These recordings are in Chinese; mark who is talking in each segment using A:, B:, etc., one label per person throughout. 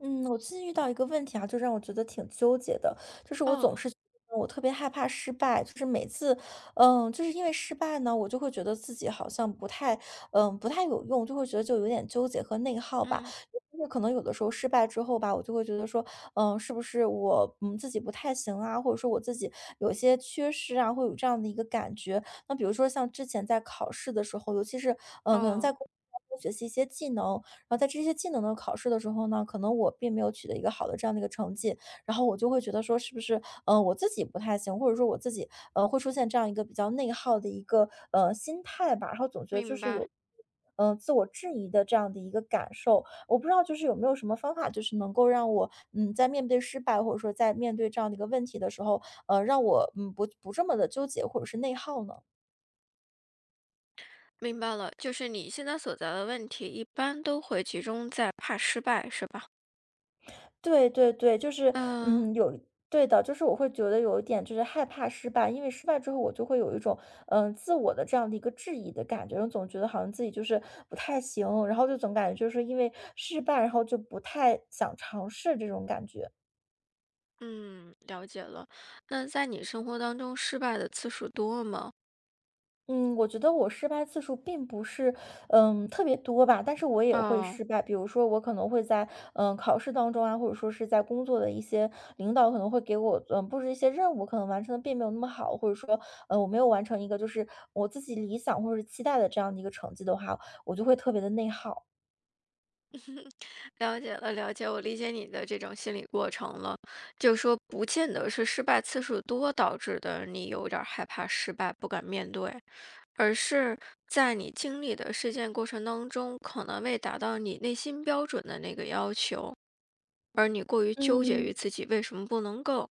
A: 嗯，我最近遇到一个问题啊，就让我觉得挺纠结的，就是我总
B: 哦，
A: 是觉得我特别害怕失败，就是每次，就是因为失败呢，我就会觉得自己好像不太，不太有用，就会觉得就有点纠结和内耗吧。
B: 嗯，
A: 就是可能有的时候失败之后吧，我就会觉得说，是不是我自己不太行啊，或者说我自己有些缺失啊，会有这样的一个感觉。那比如说像之前在考试的时候，尤其是可能在
B: 哦，
A: 工作当中学习一些技能，然后在这些技能的考试的时候呢，可能我并没有取得一个好的这样的一个成绩，然后我就会觉得说是不是，我自己不太行，或者说我自己，会出现这样一个比较内耗的一个，心态吧，然后总觉得就
B: 明
A: 是
B: 白，
A: 有自我质疑的这样的一个感受，我不知道就是有没有什么方法，就是能够让我，在面对失败或者说在面对这样的一个问题的时候，让我不这么的纠结或者是内耗呢？
B: 明白了，就是你现在所在的问题，一般都会集中在怕失败，是吧？
A: 对对对，就是，
B: 嗯
A: 有对的，就是我会觉得有一点就是害怕失败，因为失败之后我就会有一种，自我的这样的一个质疑的感觉，我总觉得好像自己就是不太行，然后就总感觉就是因为失败，然后就不太想尝试这种感觉。
B: 嗯，了解了。那在你生活当中，失败的次数多吗？
A: 嗯，我觉得我失败次数并不是，特别多吧，但是我也会
B: 哦，
A: 失败。比如说，我可能会在，考试当中啊，或者说是在工作的一些领导可能会给我，布置一些任务，可能完成的并没有那么好，或者说，我没有完成一个就是我自己理想或者是期待的这样的一个成绩的话，我就会特别的内耗。
B: 了解了，了解，我理解你的这种心理过程了。就说不见得是失败次数多导致的，你有点儿害怕失败，不敢面对，而是在你经历的事件过程当中，可能未达到你内心标准的那个要求。而你过于纠结于
A: 嗯。
B: 自己为什么不能够。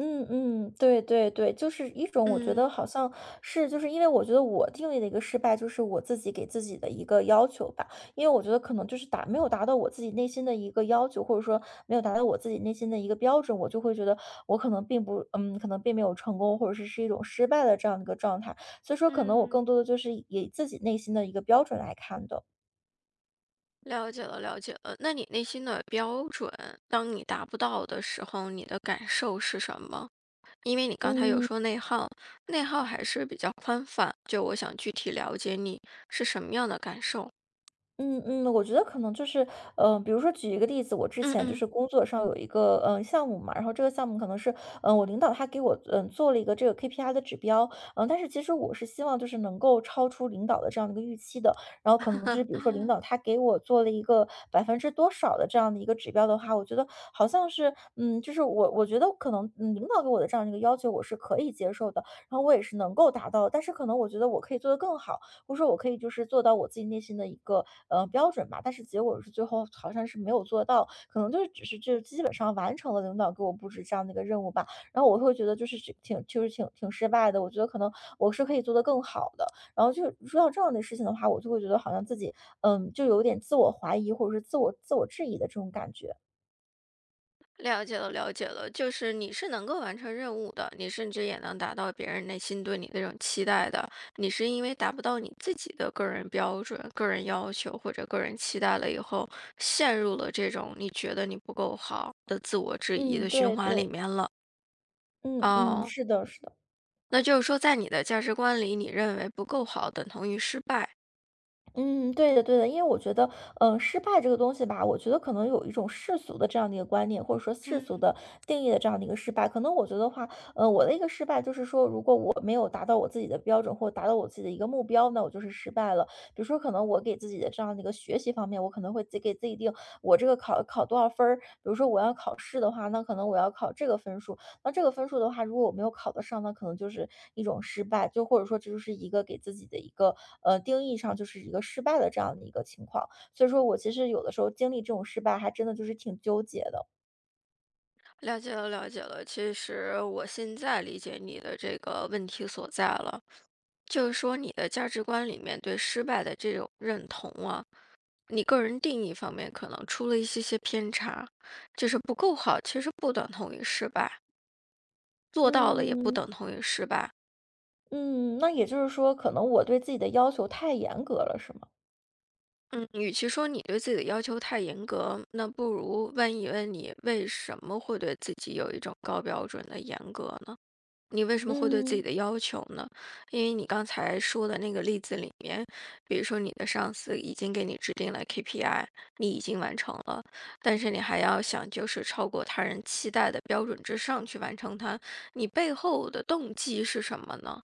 A: 嗯嗯，对对对，就是一种我觉得
B: 嗯，
A: 好像是，就是因为我觉得我定义的一个失败，就是我自己给自己的一个要求吧。因为我觉得可能就是达没有达到我自己内心的一个要求，或者说没有达到我自己内心的一个标准，我就会觉得我可能并没有成功，或者是一种失败的这样一个状态。所以说，可能我
B: 嗯。
A: 更多的就是以自己内心的一个标准来看的。
B: 了解了，了解了。那你内心的标准，当你达不到的时候，你的感受是什么？因为你刚才有
A: 嗯
B: 说内耗，内耗还是比较宽泛，就我想具体了解你是什么样的感受。
A: 嗯嗯，我觉得可能就是，比如说举一个例子，我之
B: 嗯
A: 前就
B: 嗯。
A: 是工作上有一个项目嘛，然后这个项目可能是，我领导他给我做了一个这个 KPI 的指标，但是其实我是希望就是能够超出领导的这样的一个预期的，然后可能就是比如说领导他给我做了一个百分之多少的这样的一个指标的话，我觉得好像是，就是我觉得可能领导给我的这样一个要求我是可以接受的，然后我也是能够达到，但是可能我觉得我可以做得更好。或者说我可以就是做到我自己内心的一个标准吧，但是结果是最后好像是没有做到，可能就是只是就基本上完成了领导给我布置这样的一个任务吧，然后我会觉得就是是挺就是挺失败的，我觉得可能我是可以做得更好的，然后就说到这样的事情的话，我就会觉得好像自己就有点自我怀疑或者是自我质疑的这种感觉，
B: 了解了，了解了，就是你是能够完成任务的，你甚至也能达到别人内心对你的这种期待的。你是因为达不到你自己的个人标准、个人要求或者个人期待了以后，陷入了这种你觉得你不够好的自我质疑
A: 嗯，
B: 的循
A: 对
B: 环里
A: 对，
B: 面了。
A: 嗯嗯，
B: 哦，
A: 是的，是的。
B: 那就是说，在你的价值观里，你认为不够好等同于失败。
A: 嗯，对的，对的，因为我觉得，失败这个东西吧，我觉得可能有一种世俗的这样的一个观念，或者说世
B: 嗯。
A: 俗的定义的这样的一个失败。可能我觉得话，我的一个失败就是说，如果我没有达到我自己的标准，或达到我自己的一个目标，那我就是失败了。比如说，可能我给自己的这样的一个学习方面，我可能会自己给自己定我这个考考多少分儿。比如说我要考试的话，那可能我要考这个分数，那这个分数的话，如果我没有考得上，那可能就是一种失败，就或者说这就是一个给自己的一个定义上就是一个失败的这样的一个情况。所以说我其实有的时候经历这种失败，还真的就是挺纠结的。
B: 了解了，了解了。其实我现在理解你的这个问题所在了，就是说你的价值观里面对失败的这种认同啊，你个人定义方面可能出了一些些偏差，就是不够好，其实不等同于失败，做到了也不
A: 嗯
B: 等同于失败。
A: 嗯，那也就是说，可能我对自己的要求太严格了，是吗？
B: 嗯，与其说你对自己的要求太严格，那不如问一问你为什么会对自己有一种高标准的严格呢？你为什么会对自己
A: 嗯。
B: 的要求呢？因为你刚才说的那个例子里面，比如说你的上司已经给你制定了 KPI,你已经完成了，但是你还要想就是超过他人期待的标准之上去完成它，你背后的动机是什么呢？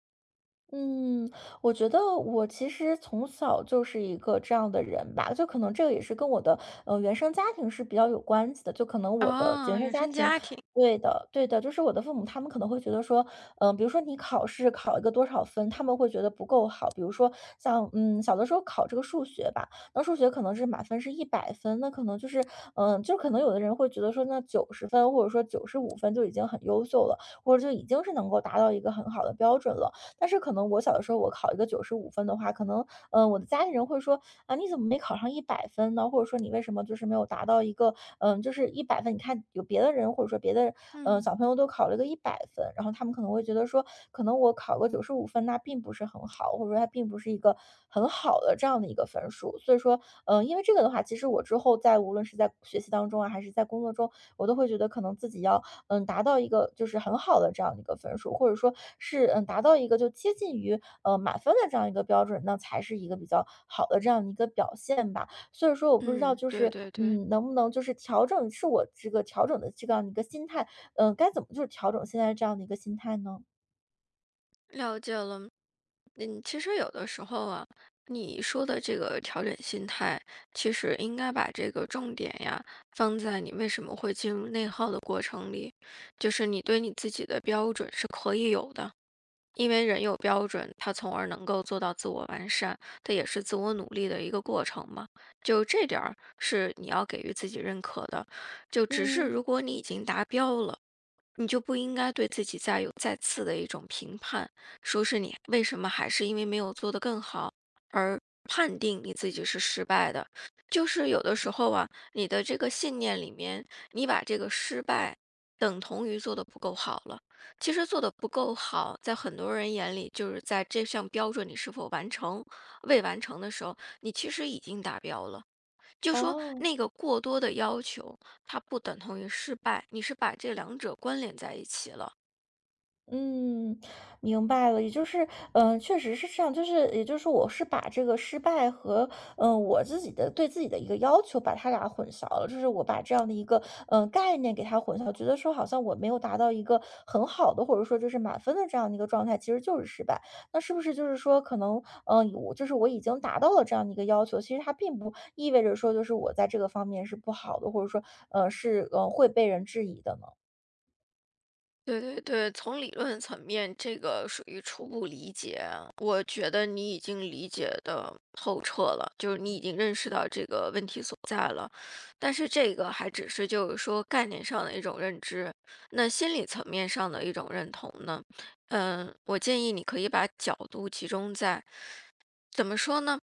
A: 嗯，我觉得我其实从小就是一个这样的人吧，就可能这个也是跟我的原生家庭是比较有关系的，就可能我的原
B: 啊，
A: 生
B: 原
A: 家
B: 生
A: 庭，
B: 家庭，
A: 对的，对的，就是我的父母他们可能会觉得说，比如说你考试考一个多少分，他们会觉得不够好，比如说像小的时候考这个数学吧，那数学可能是满分是一百分，那可能就是就可能有的人会觉得说那90分或者说九十五分就已经很优秀了，或者就已经是能够达到一个很好的标准了。但是可能我小的时候我考一个九十五分的话，可能，我的家里人会说：“啊，你怎么没考上一百分呢？”或者说：“你为什么就是没有达到一个就是一百分，你看有别的人或者说别的，小
B: 嗯。
A: 朋友都考了个一百分。”然后他们可能会觉得说，可能我考个九十五分，那并不是很好，或者说它并不是一个很好的这样的一个分数。所以说，因为这个的话，其实我之后在无论是在学习当中啊，还是在工作中，我都会觉得可能自己要达到一个就是很好的这样的一个分数，或者说是，达到一个就接近于，满分的这样一个标准，那才是一个比较好的这样的一个表现吧。所以说我不知道
B: 嗯，
A: 就
B: 对
A: 是，
B: 对对，
A: 能不能就是调整是我这个调整的这样一个心态，该怎么就是调整现在这样的一个心态呢？
B: 了解了。其实有的时候啊，你说的这个调整心态，其实应该把这个重点呀放在你为什么会进入内耗的过程里，就是你对你自己的标准是可以有的，因为人有标准，他从而能够做到自我完善，这也是自我努力的一个过程嘛。就这点儿是你要给予自己认可的。就只是
A: 嗯，
B: 如果你已经达标了，你就不应该对自己再有再次的一种评判，说是你为什么还是因为没有做得更好而判定你自己是失败的。就是有的时候啊，你的这个信念里面，你把这个失败等同于做得不够好了。其实做的不够好，在很多人眼里，就是在这项标准你是否完成，未完成的时候，你其实已经达标了。就说
A: 哦。
B: 那个过多的要求，它不等同于失败，你是把这两者关联在一起了。
A: 嗯，明白了，也就是，确实是这样，就是，也就是我是把这个失败和，我自己的对自己的一个要求，把它俩混淆了，就是我把这样的一个，概念给它混淆，觉得说好像我没有达到一个很好的，或者说就是满分的这样的一个状态，其实就是失败。那是不是就是说，可能，我就是我已经达到了这样的一个要求，其实它并不意味着说就是我在这个方面是不好的，或者说，是，会被人质疑的呢？
B: 对对对，从理论层面，这个属于初步理解。我觉得你已经理解的透彻了，就是你已经认识到这个问题所在了。但是这个还只是就是说概念上的一种认知，那心理层面上的一种认同呢？我建议你可以把角度集中在怎么说呢？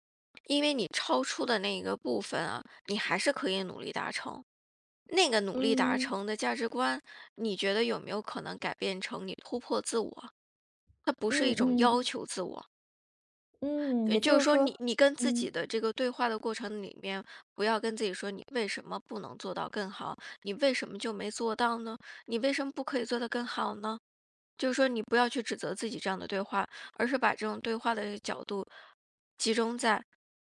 B: 因为你超出的那一个部分啊，你还是可以努力达成。那个努力达
A: 嗯
B: 成的价值观，你觉得有没有可能改变成你突破自我？它不是
A: 嗯
B: 一种
A: 嗯。
B: 要求自我，
A: 嗯，
B: 也
A: 也
B: 就
A: 就
B: 是
A: 是
B: 说
A: 说，
B: 你，你跟自己
A: 嗯
B: 的这个对话的过程里面，不要跟自己说你为什么不能做到更好，你为什么就没做到呢？你为什么不可以做得更好呢？就是说你不要去指责自己这样的对话，而是把这种对话的角度集中在，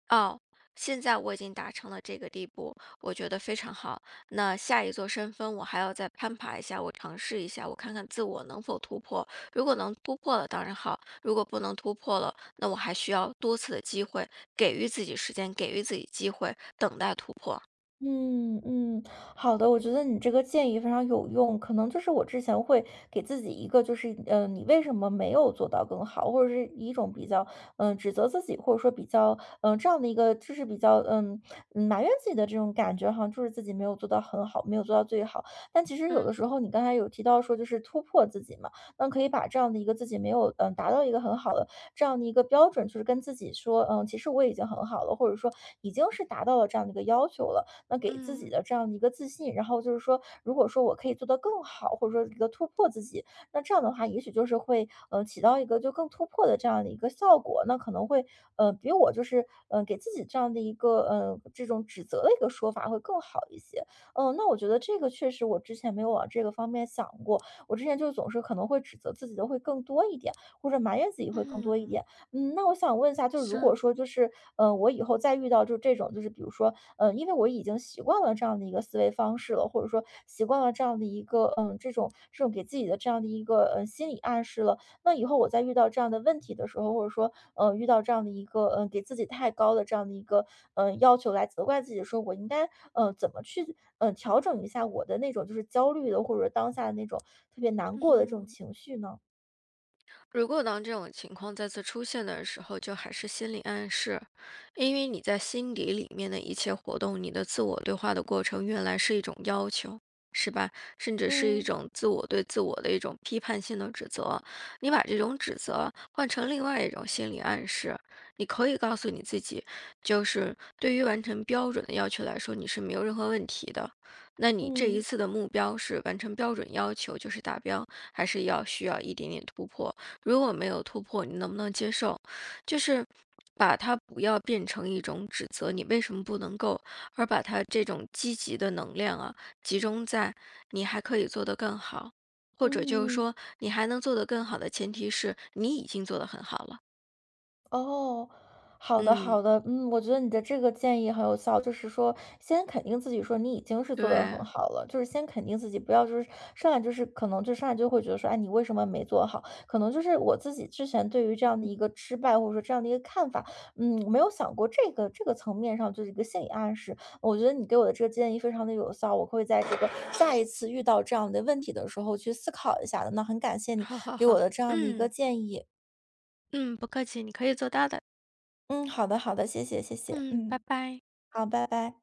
B: 哦，现在我已经达成了这个地步，我觉得非常好。那下一座山峰，我还要再攀爬一下，我尝试一下，我看看自我能否突破。如果能突破了，当然好；如果不能突破了，那我还需要多次的机会，给予自己时间，给予自己机会，等待突破。
A: 嗯嗯，好的，我觉得你这个建议非常有用。可能就是我之前会给自己一个，就是你为什么没有做到更好，或者是一种比较指责自己，或者说比较这样的一个，就是比较埋怨自己的这种感觉，好像就是自己没有做到很好，没有做到最好。但其实有
B: 嗯
A: 的时候，你刚才有提到说，就是突破自己嘛，那可以把这样的一个自己没有达到一个很好的，这样的一个标准，就是跟自己说，嗯，其实我已经很好了，或者说已经是达到了这样的一个要求了。那给自己
B: 嗯
A: 的这样的一个自信，然后就是说，如果说我可以做得更好，或者说一个突破自己，那这样的话，也许就是会，起到一个就更突破的这样的一个效果。那可能会，比我就是，给自己这样的一个，这种指责的一个说法会更好一些。嗯，那我觉得这个确实我之前没有往这个方面想过，我之前就总是可能会指责自己的会更多一点，或者埋怨自己会更多一
B: 嗯，
A: 点。嗯，那我想问一下，就是如
B: 是，
A: 果说就是，我以后再遇到就这种，就是比如说，因为我已经习惯了这样的一个思维方式了，或者说习惯了这样的一个，嗯，这种给自己的这样的一个，心理暗示了。那以后我再遇到这样的问题的时候，或者说，遇到这样的一个，给自己太高的这样的一个，要求来责怪自己的时候，我应该，怎么去，调整一下我的那种就是焦虑的，或者当下的那种特别难过的这种
B: 嗯。
A: 情绪呢？
B: 如果当这种情况再次出现的时候，就还是心理暗示，因为你在心底里面的一切活动，你的自我对话的过程，原来是一种要求，是吧？甚至是一
A: 嗯
B: 种自我对自我的一种批判性的指责。你把这种指责换成另外一种心理暗示，你可以告诉你自己，就是对于完成标准的要求来说，你是没有任何问题的。那你这一
A: 嗯。
B: 次的目标是完成标准要求，就是达标，还是要需要一点点突破？如果没有突破，你能不能接受？就是把它不要变成一种指责，你为什么不能够，而把它这种积极的能量啊，集中在你还可以做得更好，或者就是
A: 嗯，
B: 说你还能做得更好的前提是你已经做得很好了。
A: 哦，好的
B: 嗯，
A: 好的，嗯，我觉得你的这个建议很有效，就是说先肯定自己说你已经是做得很
B: 对，
A: 好了，就是先肯定自己，不要就是上来，就是可能就上来就会觉得说，哎，你为什么没做好？可能就是我自己之前对于这样的一个失败或者说这样的一个看法，嗯，没有想过这个层面上就是一个心理暗示。我觉得你给我的这个建议非常的有效，我会在这个再一次遇到这样的问题的时候去思考一下的。那很感谢你
B: 好好
A: 给我
B: 好，
A: 的这样的一个
B: 嗯
A: 建议。
B: 嗯，不客气，你可以做到的。
A: 嗯，好的好的，谢谢谢谢，
B: 嗯，拜
A: 嗯，
B: 拜。
A: 好，拜拜。